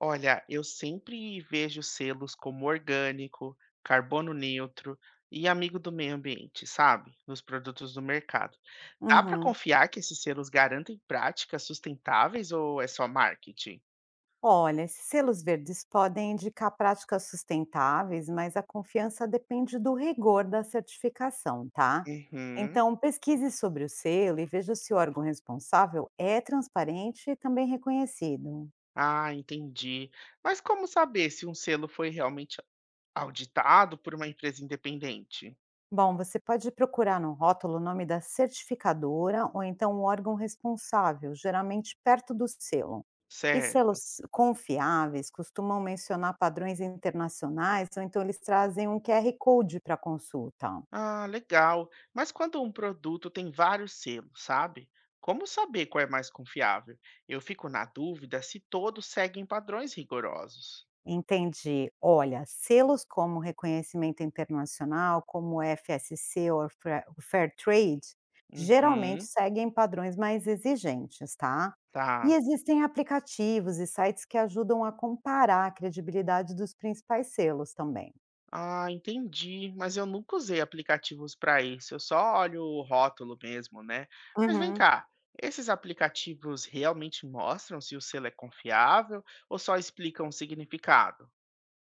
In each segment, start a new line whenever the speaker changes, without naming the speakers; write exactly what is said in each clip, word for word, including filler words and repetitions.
Olha, eu sempre vejo selos como orgânico, carbono neutro e amigo do meio ambiente, sabe? Nos produtos do mercado. Dá para
Uhum.
confiar que esses selos garantem práticas sustentáveis ou é só marketing?
Olha, esses selos verdes podem indicar práticas sustentáveis, mas a confiança depende do rigor da certificação, tá?
Uhum.
Então, pesquise sobre o selo e veja se o órgão responsável é transparente e também reconhecido.
Ah, entendi. Mas como saber se um selo foi realmente auditado por uma empresa independente?
Bom, você pode procurar no rótulo o nome da certificadora ou então o órgão responsável, geralmente perto do selo. E
Certo.
selos confiáveis costumam mencionar padrões internacionais ou então eles trazem um Q R Code para consulta.
Ah, legal. Mas quando um produto tem vários selos, sabe? Como saber qual é mais confiável? Eu fico na dúvida se todos seguem padrões rigorosos.
Entendi. Olha, selos como reconhecimento internacional, como o F S C ou Fra- o Fair Trade, geralmente
Uhum,
seguem padrões mais exigentes, tá? E
tá.
existem aplicativos e sites que ajudam a comparar a credibilidade dos principais selos também.
Ah, entendi. Mas eu nunca usei aplicativos para isso. Eu só olho o rótulo mesmo, né? Mas vem
Uhum.
cá, esses aplicativos realmente mostram se o selo é confiável ou só explicam o significado?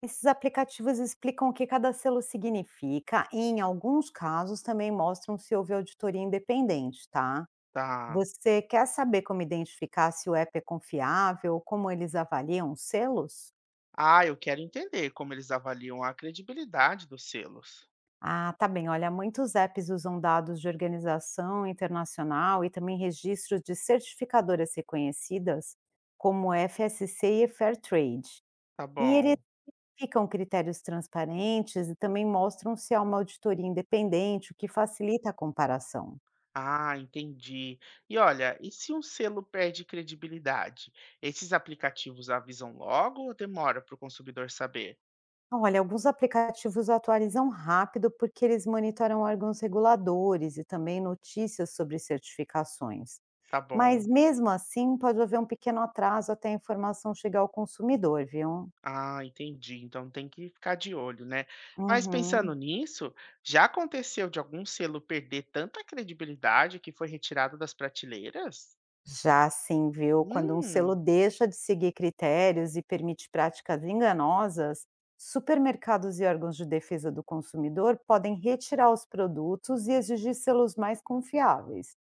Esses aplicativos explicam o que cada selo significa e, em alguns casos, também mostram se houve auditoria independente, tá?
Tá.
Você quer saber como identificar se o app é confiável, como eles avaliam os selos?
Ah, eu quero entender como eles avaliam a credibilidade dos selos.
Ah, tá bem. Olha, muitos apps usam dados de organização internacional e também registros de certificadoras reconhecidas, como F S C e Fairtrade.
Tá
E eles
bom.
ficam critérios transparentes e também mostram se há uma auditoria independente, o que facilita a comparação.
Ah, entendi. E olha, e se um selo perde credibilidade? Esses aplicativos avisam logo ou demora para o consumidor saber?
Olha, alguns aplicativos atualizam rápido porque eles monitoram órgãos reguladores e também notícias sobre certificações.
Tá bom.
Mas mesmo assim, pode haver um pequeno atraso até a informação chegar ao consumidor, viu?
Ah, entendi. Então tem que ficar de olho, né? Mas pensando
Uhum.
nisso, já aconteceu de algum selo perder tanta credibilidade que foi retirado das prateleiras?
Já sim, viu? Quando um selo
Hum,
deixa de seguir critérios e permite práticas enganosas, supermercados e órgãos de defesa do consumidor podem retirar os produtos e exigir selos mais confiáveis.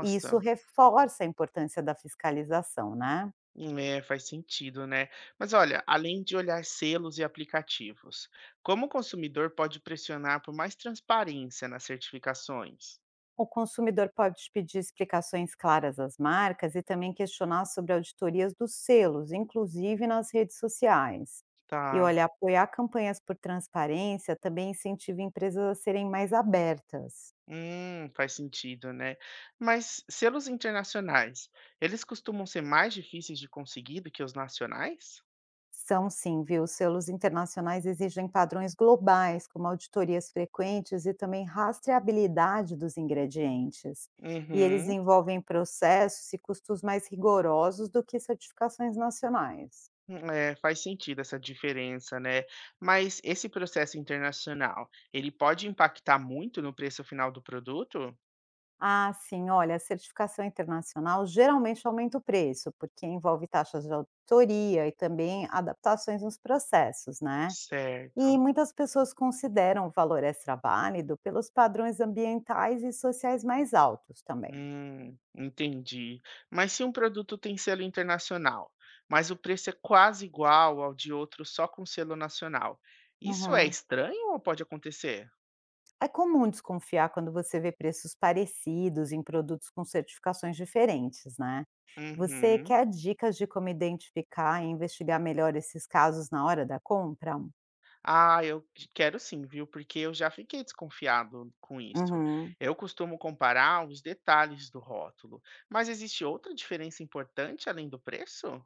E isso reforça a importância da fiscalização, né.
É, faz sentido, né? Mas olha, além de olhar selos e aplicativos, como o consumidor pode pressionar por mais transparência nas certificações?
O consumidor pode pedir explicações claras às marcas e também questionar sobre auditorias dos selos, inclusive nas redes sociais. E
Tá.
olha, apoiar campanhas por transparência também incentiva empresas a serem mais abertas.
Hum, faz sentido, né? Mas selos internacionais, eles costumam ser mais difíceis de conseguir do que os nacionais?
São sim, viu? Selos internacionais exigem padrões globais, como auditorias frequentes e também rastreabilidade dos ingredientes. E eles
Uhum.
envolvem processos e custos mais rigorosos do que certificações nacionais.
É, faz sentido essa diferença, né? Mas esse processo internacional, ele pode impactar muito no preço final do produto?
Ah, sim, olha, a certificação internacional geralmente aumenta o preço, porque envolve taxas de auditoria e também adaptações nos processos, né?
Certo.
E muitas pessoas consideram o valor extra válido pelos padrões ambientais e sociais mais altos também.
Hum, entendi. Mas se um produto tem selo internacional, mas o preço é quase igual ao de outro só com selo nacional, isso é
Uhum.
estranho ou pode acontecer?
É comum desconfiar quando você vê preços parecidos em produtos com certificações diferentes, né? Você
Uhum.
quer dicas de como identificar e investigar melhor esses casos na hora da compra?
Ah, eu de- quero sim, viu? Porque eu já fiquei desconfiado com isso.
Uhum.
Eu costumo comparar os detalhes do rótulo, mas existe outra diferença importante além do preço?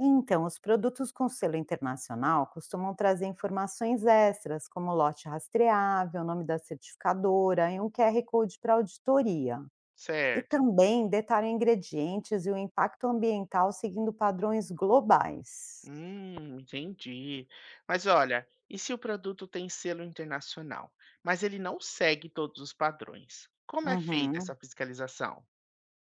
Então, os produtos com selo internacional costumam trazer informações extras, como lote rastreável, nome da certificadora e um Q R Code para auditoria. E
Certo.
também detalham ingredientes e o impacto ambiental seguindo padrões globais.
Hum, entendi. Mas olha, e se o produto tem selo internacional, mas ele não segue todos os padrões? Como é feita
Uhum.
essa fiscalização?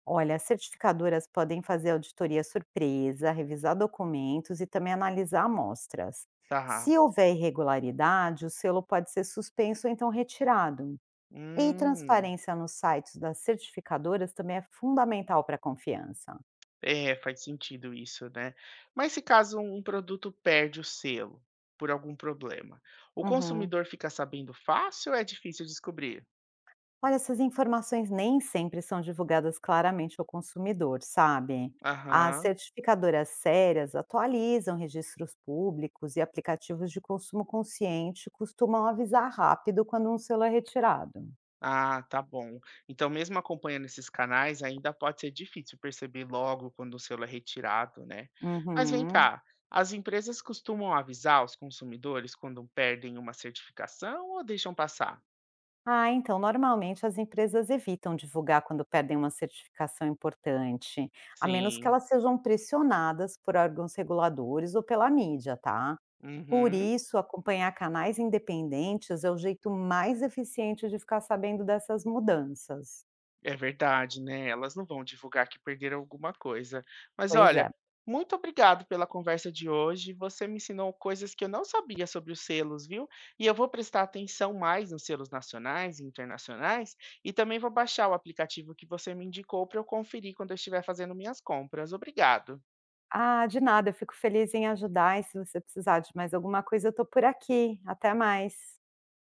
Olha, as certificadoras podem fazer auditoria surpresa, revisar documentos e também analisar amostras.
Tá.
Se houver irregularidade, o selo pode ser suspenso ou então retirado. E
Hum,
transparência nos sites das certificadoras também é fundamental para a confiança.
é, faz sentido isso, né? Mas se caso um produto perde o selo por algum problema, o
Uhum.
consumidor fica sabendo fácil ou é difícil descobrir?
Olha, essas informações nem sempre são divulgadas claramente ao consumidor, sabe? As
Aham.
certificadoras sérias atualizam registros públicos e aplicativos de consumo consciente costumam avisar rápido quando um selo é retirado.
Ah, tá bom. Então, mesmo acompanhando esses canais, ainda pode ser difícil perceber logo quando o selo é retirado, né? Mas vem
Uhum.
cá, as empresas costumam avisar os consumidores quando perdem uma certificação ou deixam passar?
Ah, então, normalmente as empresas evitam divulgar quando perdem uma certificação importante, a menos que
Sim.
elas sejam pressionadas por órgãos reguladores ou pela mídia, tá? Por
Uhum.
isso, acompanhar canais independentes é o jeito mais eficiente de ficar sabendo dessas mudanças.
É verdade, né? Elas não vão divulgar que perderam alguma coisa. Mas
Pois
olha,
é.
muito obrigado pela conversa de hoje. Você me ensinou coisas que eu não sabia sobre os selos, viu? E eu vou prestar atenção mais nos selos nacionais e internacionais e também vou baixar o aplicativo que você me indicou para eu conferir quando eu estiver fazendo minhas compras. Obrigado.
Ah, de nada, eu fico feliz em ajudar e se você precisar de mais alguma coisa, eu tô por aqui. Até mais.